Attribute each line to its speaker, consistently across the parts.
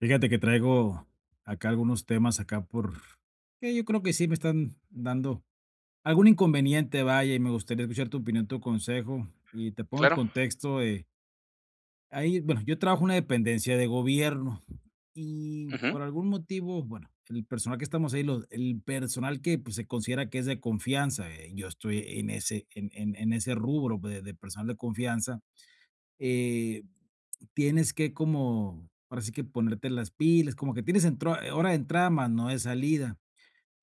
Speaker 1: Fíjate que traigo acá algunos temas acá por que yo creo que sí me están dando algún inconveniente, vaya, y me gustaría escuchar tu opinión, tu consejo. Y te pongo en
Speaker 2: Claro.
Speaker 1: contexto, ahí, bueno, yo trabajo en una dependencia de gobierno y
Speaker 2: Ujú.
Speaker 1: por algún motivo, bueno, el personal que estamos ahí, el personal que pues, se considera que es de confianza, yo estoy en ese rubro pues, de personal de confianza. eh, Tienes que como, ahora sí que ponerte las pilas, como que tienes entro hora de entrada más no de salida,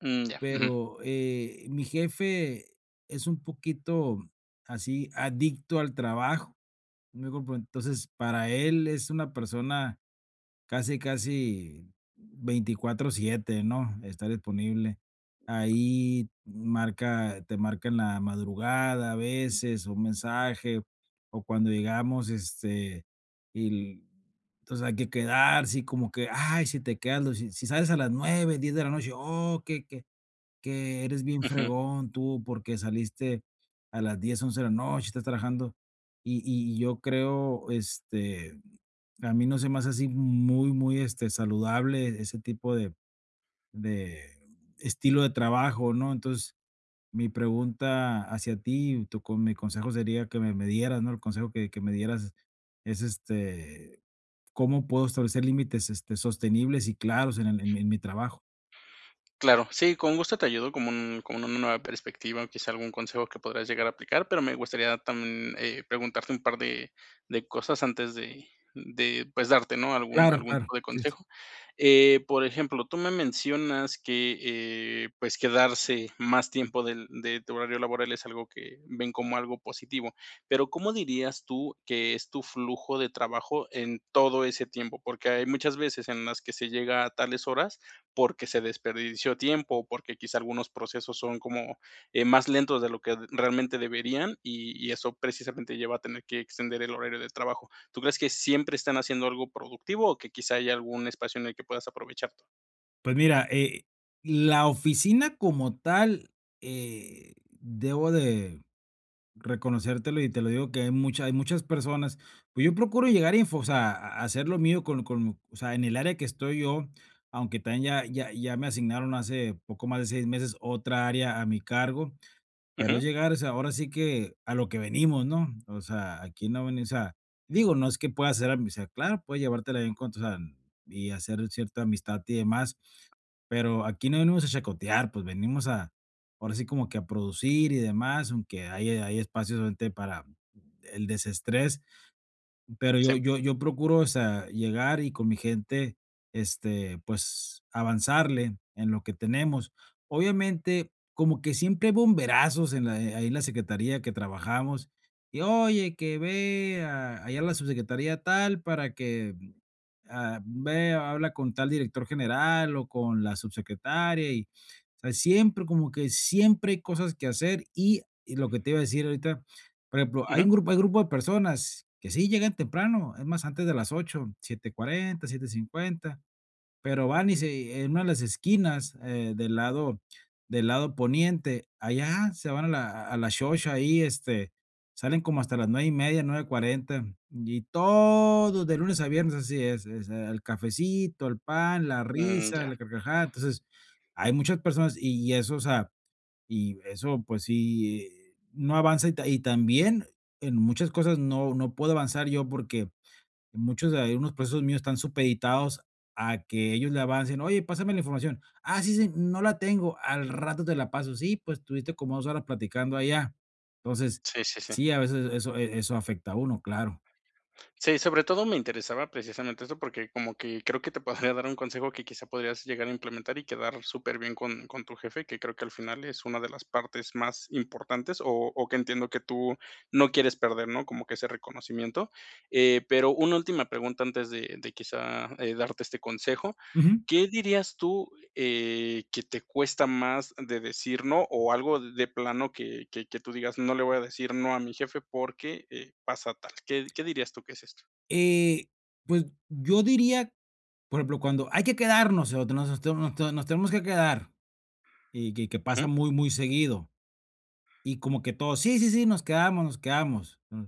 Speaker 2: Mm, ya. Ujú,
Speaker 1: pero, mi jefe es un poquito así adicto al trabajo, entonces para él es una persona casi, casi 24/7, ¿no? Estar disponible. Ahí marca te marca en la madrugada a veces, un mensaje, o cuando llegamos, y l- entonces hay que quedarse, y como que, ay, si te quedas, lo si si sales a las 9 10 de la noche, oh, que eres bien
Speaker 2: ujú.
Speaker 1: fregón tú porque saliste a las 10 11 de la noche, estás trabajando. Y yo creo, a mí no se me hace así muy, muy, saludable ese tipo de de estilo de trabajo, ¿no? Entonces, mi pregunta hacia ti, tu con mi consejo sería que me dieras, ¿no? El consejo que me dieras es, ¿cómo puedo establecer límites, sostenibles y claros en el en mi trabajo?
Speaker 2: Claro, sí, con gusto te ayudo como una nueva perspectiva, o quizá algún consejo que podrás llegar a aplicar, pero me gustaría también, preguntarte un par de cosas antes de, pues, darte, ¿no?, algún
Speaker 1: Claro,
Speaker 2: algún
Speaker 1: claro.
Speaker 2: tipo de
Speaker 1: Sí, sí.
Speaker 2: consejo. Por ejemplo, tú me mencionas que, pues, quedarse más tiempo del de tu horario laboral es algo que ven como algo positivo, pero ¿cómo dirías tú que es tu flujo de trabajo en todo ese tiempo? Porque hay muchas veces en las que se llega a tales horas porque se desperdició tiempo o porque quizá algunos procesos son como, más lentos de lo que realmente deberían, y eso precisamente lleva a tener que extender el horario de trabajo. ¿Tú crees que siempre están haciendo algo productivo o que quizá hay algún espacio en el que puedas aprovechar tú?
Speaker 1: Pues mira, la oficina como tal, debo de reconocértelo y te lo digo que hay muchas personas, pues yo procuro llegar a info o sea, a hacer lo mío con o sea, en el área que estoy yo, aunque también ya me asignaron hace poco más de 6 meses otra área a mi cargo. Pero es
Speaker 2: Ujú,
Speaker 1: llegar, o sea, ahora sí que a lo que venimos, ¿no? O sea, aquí no venimos, o sea, digo, no es que pueda hacer amistad, claro, puedes llevártela bien con, o sea, y hacer cierta amistad y demás, pero aquí no venimos a chacotear, pues venimos a, ahora sí como que a producir y demás, aunque hay espacios obviamente para el desestrés, pero yo
Speaker 2: sí,
Speaker 1: yo yo procuro, o sea, llegar y con mi gente, pues, avanzarle en lo que tenemos. Obviamente, como que siempre hay bomberazos en la, ahí en la secretaría que trabajamos, y: "Oye, que ve a allá a la subsecretaría tal para que, ah, ve, habla con tal director general o con la subsecretaria", y, o sea, siempre como que siempre hay cosas que hacer, y lo que te iba a decir ahorita, por ejemplo,
Speaker 2: ujú,
Speaker 1: hay grupo de personas que sí llegan temprano, es más, antes de las ocho 7:40 7:50, pero van y se en una de las esquinas, del lado poniente, allá se van a la xoxa ahí, salen como hasta las 9:30 9:40 y todos de lunes a viernes así es, el cafecito, el pan, la
Speaker 2: mm,
Speaker 1: risa,
Speaker 2: ya,
Speaker 1: la carcajada. Entonces, hay muchas personas y eso, o sea y eso, pues sí, no avanza y también en muchas cosas no puedo avanzar yo porque muchos de algunos procesos míos están supeditados a que ellos le avancen: "Oye, pásame la información". "Ah, sí, sí, no la tengo, al rato te la paso". "Sí, pues estuviste como 2 horas platicando allá". Entonces,
Speaker 2: sí, sí, sí.
Speaker 1: sí, a veces eso eso afecta a uno, claro.
Speaker 2: Sí, sobre todo me interesaba precisamente eso, porque como que creo que te podría dar un consejo que quizá podrías llegar a implementar y quedar súper bien con tu jefe, que creo que al final es una de las partes más importantes, o que entiendo que tú no quieres perder, ¿no? Como que ese reconocimiento. Pero una última pregunta antes de quizá, darte este consejo.
Speaker 1: Ujú.
Speaker 2: ¿Qué dirías tú, que te cuesta más de decir no, o algo de plano que tú digas: "No le voy a decir no a mi jefe porque, pasa tal". ¿Qué dirías tú que es esto?
Speaker 1: Eh, pues yo diría, por ejemplo, cuando hay que quedarnos, o te- nos nos nos tenemos que quedar, y que pasa
Speaker 2: Ujú.
Speaker 1: muy, muy seguido. Y como que todos, sí, sí, sí, nos quedamos, nos quedamos. Mm.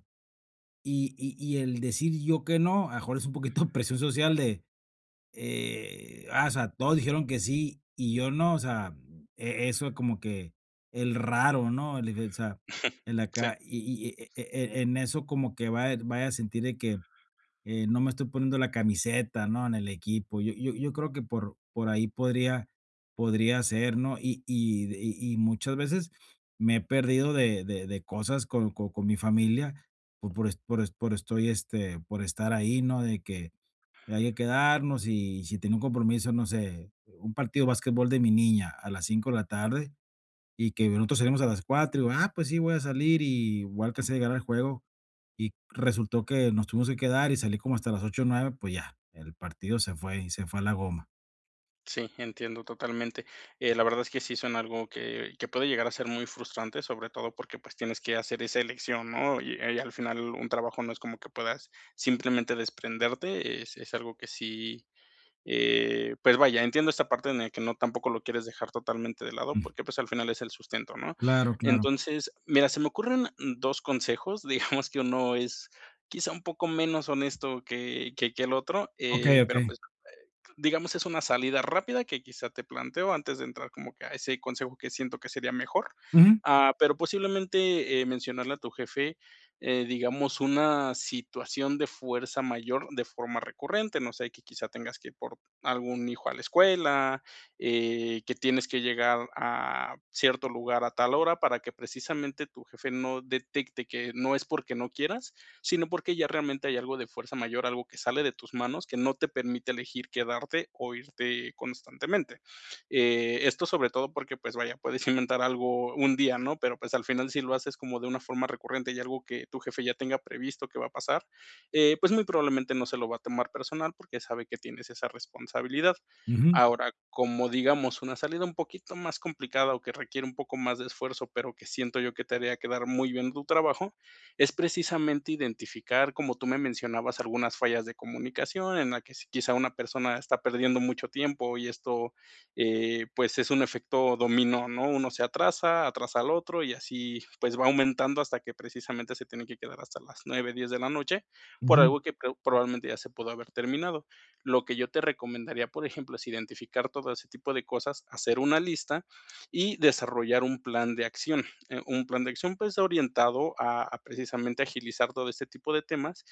Speaker 1: Y el decir yo que no, a lo mejor es un poquito presión social de, o sea, todos dijeron que sí y yo no, o sea, eso es como que el raro, ¿no? El, o sea, el
Speaker 2: Sí,
Speaker 1: acá, y en eso como que va vaya a sentir de que no me estoy poniendo la camiseta, ¿no? En el equipo. Yo creo que por ahí podría ser, ¿no? Y muchas veces me he perdido de cosas con mi familia por, est- por, est- por estoy, este, por estar ahí, ¿no? De que hay que quedarnos, y si tenía un compromiso, no sé, un partido de básquetbol de mi niña a las 5 de la tarde, y que nosotros salimos a las 4 y digo: "Ah, pues sí, voy a salir", y igual a alcanzar a llegar al juego, y resultó que nos tuvimos que quedar y salí como hasta las 8 o 9, pues ya, el partido se fue y se fue a la goma.
Speaker 2: sí, entiendo totalmente. La verdad es que sí son algo que puede llegar a ser muy frustrante, sobre todo porque, pues, tienes que hacer esa elección, ¿no? Y al final un trabajo no es como que puedas simplemente desprenderte, es algo que sí. Pues vaya, entiendo esta parte en la que no tampoco lo quieres dejar totalmente de lado,
Speaker 1: Mm,
Speaker 2: porque pues al final es el sustento, ¿no?
Speaker 1: claro, claro.
Speaker 2: Entonces, mira, se me ocurren 2 consejos, digamos que uno es quizá un poco menos honesto que el otro,
Speaker 1: Okey,
Speaker 2: pero
Speaker 1: okey.
Speaker 2: pues digamos, es una salida rápida que quizá te planteo antes de entrar como que a ese consejo que siento que sería mejor,
Speaker 1: Ujú,
Speaker 2: ah, pero posiblemente, mencionarle a tu jefe, digamos, una situación de fuerza mayor de forma recurrente, no sé, que quizá tengas que ir por algún hijo a la escuela, que tienes que llegar a cierto lugar a tal hora para que precisamente tu jefe no detecte que no es porque no quieras, sino porque ya realmente hay algo de fuerza mayor, algo que sale de tus manos que no te permite elegir quedarte o irte constantemente. Esto sobre todo porque, pues vaya, puedes inventar algo un día, ¿no? Pero pues al final si lo haces como de una forma recurrente y algo que tu jefe ya tenga previsto que va a pasar, pues muy probablemente no se lo va a tomar personal porque sabe que tienes esa responsabilidad.
Speaker 1: ujú,
Speaker 2: Ahora, como digamos, una salida un poquito más complicada o que requiere un poco más de esfuerzo, pero que siento yo que te haría quedar muy bien en tu trabajo, es precisamente identificar, como tú me mencionabas, algunas fallas de comunicación en la que si quizá una persona está perdiendo mucho tiempo y esto, pues es un efecto dominó, ¿no? Uno se atrasa, atrasa al otro y así pues va aumentando hasta que precisamente se tiene que quedar hasta las 9 o 10 de la noche por
Speaker 1: ujú.
Speaker 2: algo que probablemente ya se pudo haber terminado. Lo que yo te recomendaría, por ejemplo, es identificar todo ese tipo de cosas, hacer una lista y desarrollar un plan de acción, un plan de acción, pues, orientado a precisamente agilizar todo este tipo de temas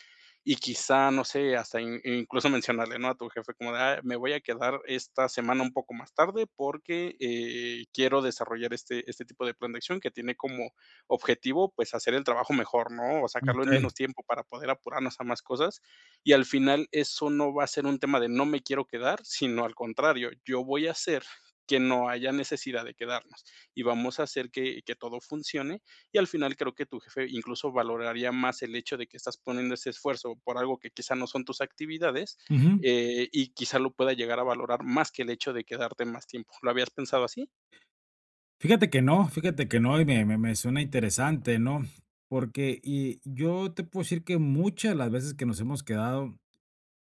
Speaker 2: y quizá, no sé, hasta in incluso mencionarle, ¿no?, a tu jefe como de: "Ah, me voy a quedar esta semana un poco más tarde porque, quiero desarrollar este tipo de plan de acción que tiene como objetivo, pues, hacer el trabajo mejor, ¿no?, o sacarlo en
Speaker 1: Okey.
Speaker 2: menos tiempo para poder apurarnos a más cosas". Y al final eso no va a ser un tema de no me quiero quedar, sino al contrario, yo voy a hacer que no haya necesidad de quedarnos y vamos a hacer que, todo funcione. Y al final creo que tu jefe incluso valoraría más el hecho de que estás poniendo ese esfuerzo por algo que quizá no son tus actividades,
Speaker 1: Ujú.
Speaker 2: y quizá lo pueda llegar a valorar más que el hecho de quedarte más tiempo. ¿Lo habías pensado así?
Speaker 1: Fíjate que no, y me suena interesante, ¿no? Porque, y yo te puedo decir que muchas de las veces que nos hemos quedado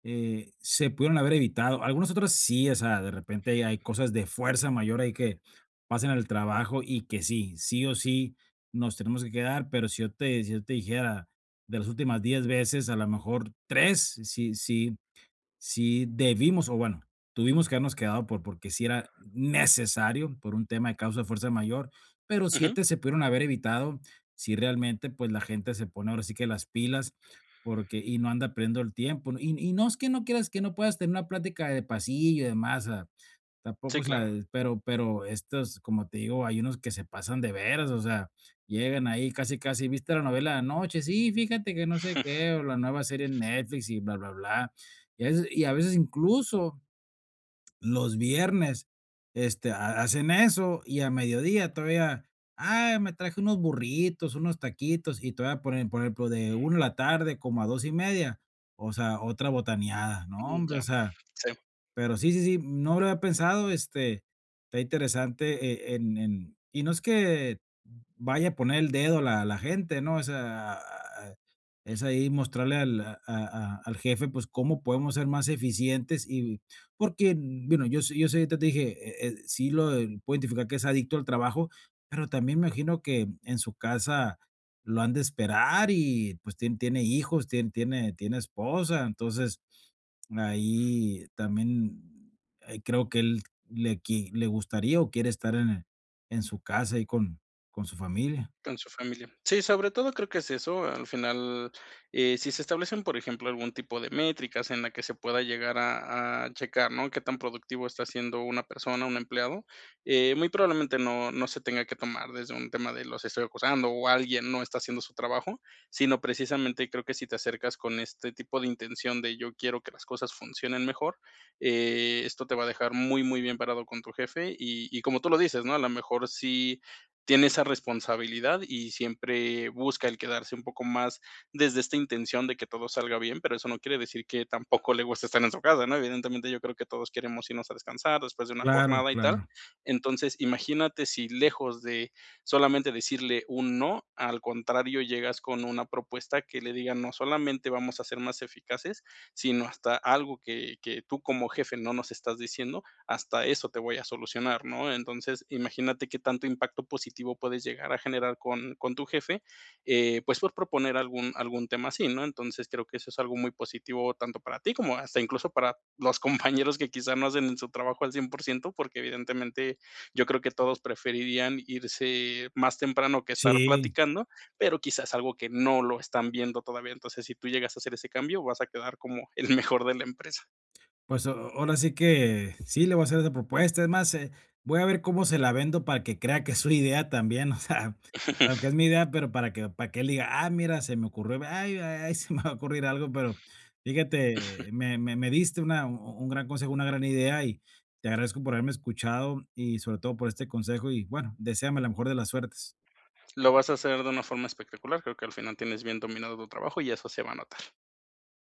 Speaker 1: se pudieron haber evitado. Algunas otras sí, o sea, de repente hay cosas de fuerza mayor ahí que pasan al trabajo y que sí, sí o sí nos tenemos que quedar, pero si yo te dijera de las últimas 10 veces, a lo mejor 3 sí, sí, sí debimos, o bueno, tuvimos que habernos quedado porque sí era necesario por un tema de causa de fuerza mayor, pero
Speaker 2: Ujú.
Speaker 1: siete se pudieron haber evitado si realmente, pues, la gente se pone ahora sí que las pilas, porque y no anda perdiendo el tiempo, ¿no? Y no es que no quieras que no puedas tener una plática de pasillo y demás, ah, tampoco,
Speaker 2: Sí,
Speaker 1: o sea,
Speaker 2: claro.
Speaker 1: pero estos, como te digo, hay unos que se pasan de veras, o sea, llegan ahí casi, casi, ¿viste la novela de anoche? Sí, fíjate que no sé qué, o la nueva serie en Netflix y bla, bla, bla. Y a veces incluso los viernes, este, ha hacen eso, y a mediodía todavía: "ah me traje unos burritos, unos taquitos", y todavía ponen, por ejemplo, de 1 de la tarde como a 2:30, o sea, otra botaneada, no, hombre,
Speaker 2: Ya,
Speaker 1: o sea,
Speaker 2: sí.
Speaker 1: pero sí, sí, sí, no lo había pensado, está interesante, en y no es que vaya a poner el dedo la gente, ¿no? O sea, es ahí mostrarle al a al jefe, pues, cómo podemos ser más eficientes, y porque, bueno, yo sé, te dije, sí lo puedo identificar que es adicto al trabajo, pero también me imagino que en su casa lo han de esperar y, pues, tiene hijos, tiene esposa, entonces ahí también, creo que él le gustaría o quiere estar en su casa y con su familia.
Speaker 2: Con su familia. Sí, sobre todo creo que es eso. Al final, si se establecen, por ejemplo, algún tipo de métricas en la que se pueda llegar a checar, ¿no? Qué tan productivo está siendo una persona, un empleado, muy probablemente no se tenga que tomar desde un tema de los estoy acusando o alguien no está haciendo su trabajo, sino precisamente creo que si te acercas con este tipo de intención de yo quiero que las cosas funcionen mejor, esto te va a dejar muy, muy bien parado con tu jefe y como tú lo dices, ¿no? A lo mejor sí tiene esa responsabilidad y siempre busca el quedarse un poco más desde esta intención de que todo salga bien, pero eso no quiere decir que tampoco le guste estar en su casa, ¿no? Evidentemente yo creo que todos queremos irnos a descansar después de una
Speaker 1: Claro,
Speaker 2: jornada y tal.
Speaker 1: claro.
Speaker 2: Entonces, imagínate si lejos de solamente decirle un no, al contrario, llegas con una propuesta que le diga no solamente vamos a ser más eficaces, sino hasta algo que, tú como jefe no nos estás diciendo hasta eso te voy a solucionar, ¿no? Entonces, imagínate qué tanto impacto positivo puedes llegar a generar con tu jefe, pues por proponer algún tema así, ¿no? Entonces, creo que eso es algo muy positivo tanto para ti como hasta incluso para los compañeros que quizá no hacen su trabajo al 100%, porque evidentemente yo creo que todos preferirían irse más temprano que estar
Speaker 1: Sí.
Speaker 2: platicando, pero quizás algo que no lo están viendo todavía. Entonces, si tú llegas a hacer ese cambio, vas a quedar como el mejor de la empresa.
Speaker 1: Pues, a ahora sí que sí, le voy a hacer esa propuesta. Es más, voy a ver cómo se la vendo para que crea que es su idea también, o sea, aunque es mi idea, pero para que él diga: "Ah, mira, se me ocurrió, ay, ay, ay, se me va a ocurrir algo", pero fíjate, me diste una un gran consejo, una gran idea, y te agradezco por haberme escuchado y sobre todo por este consejo y, bueno, deséame la mejor de las suertes.
Speaker 2: Lo vas a hacer de una forma espectacular, creo que al final tienes bien dominado tu trabajo y eso se va a notar.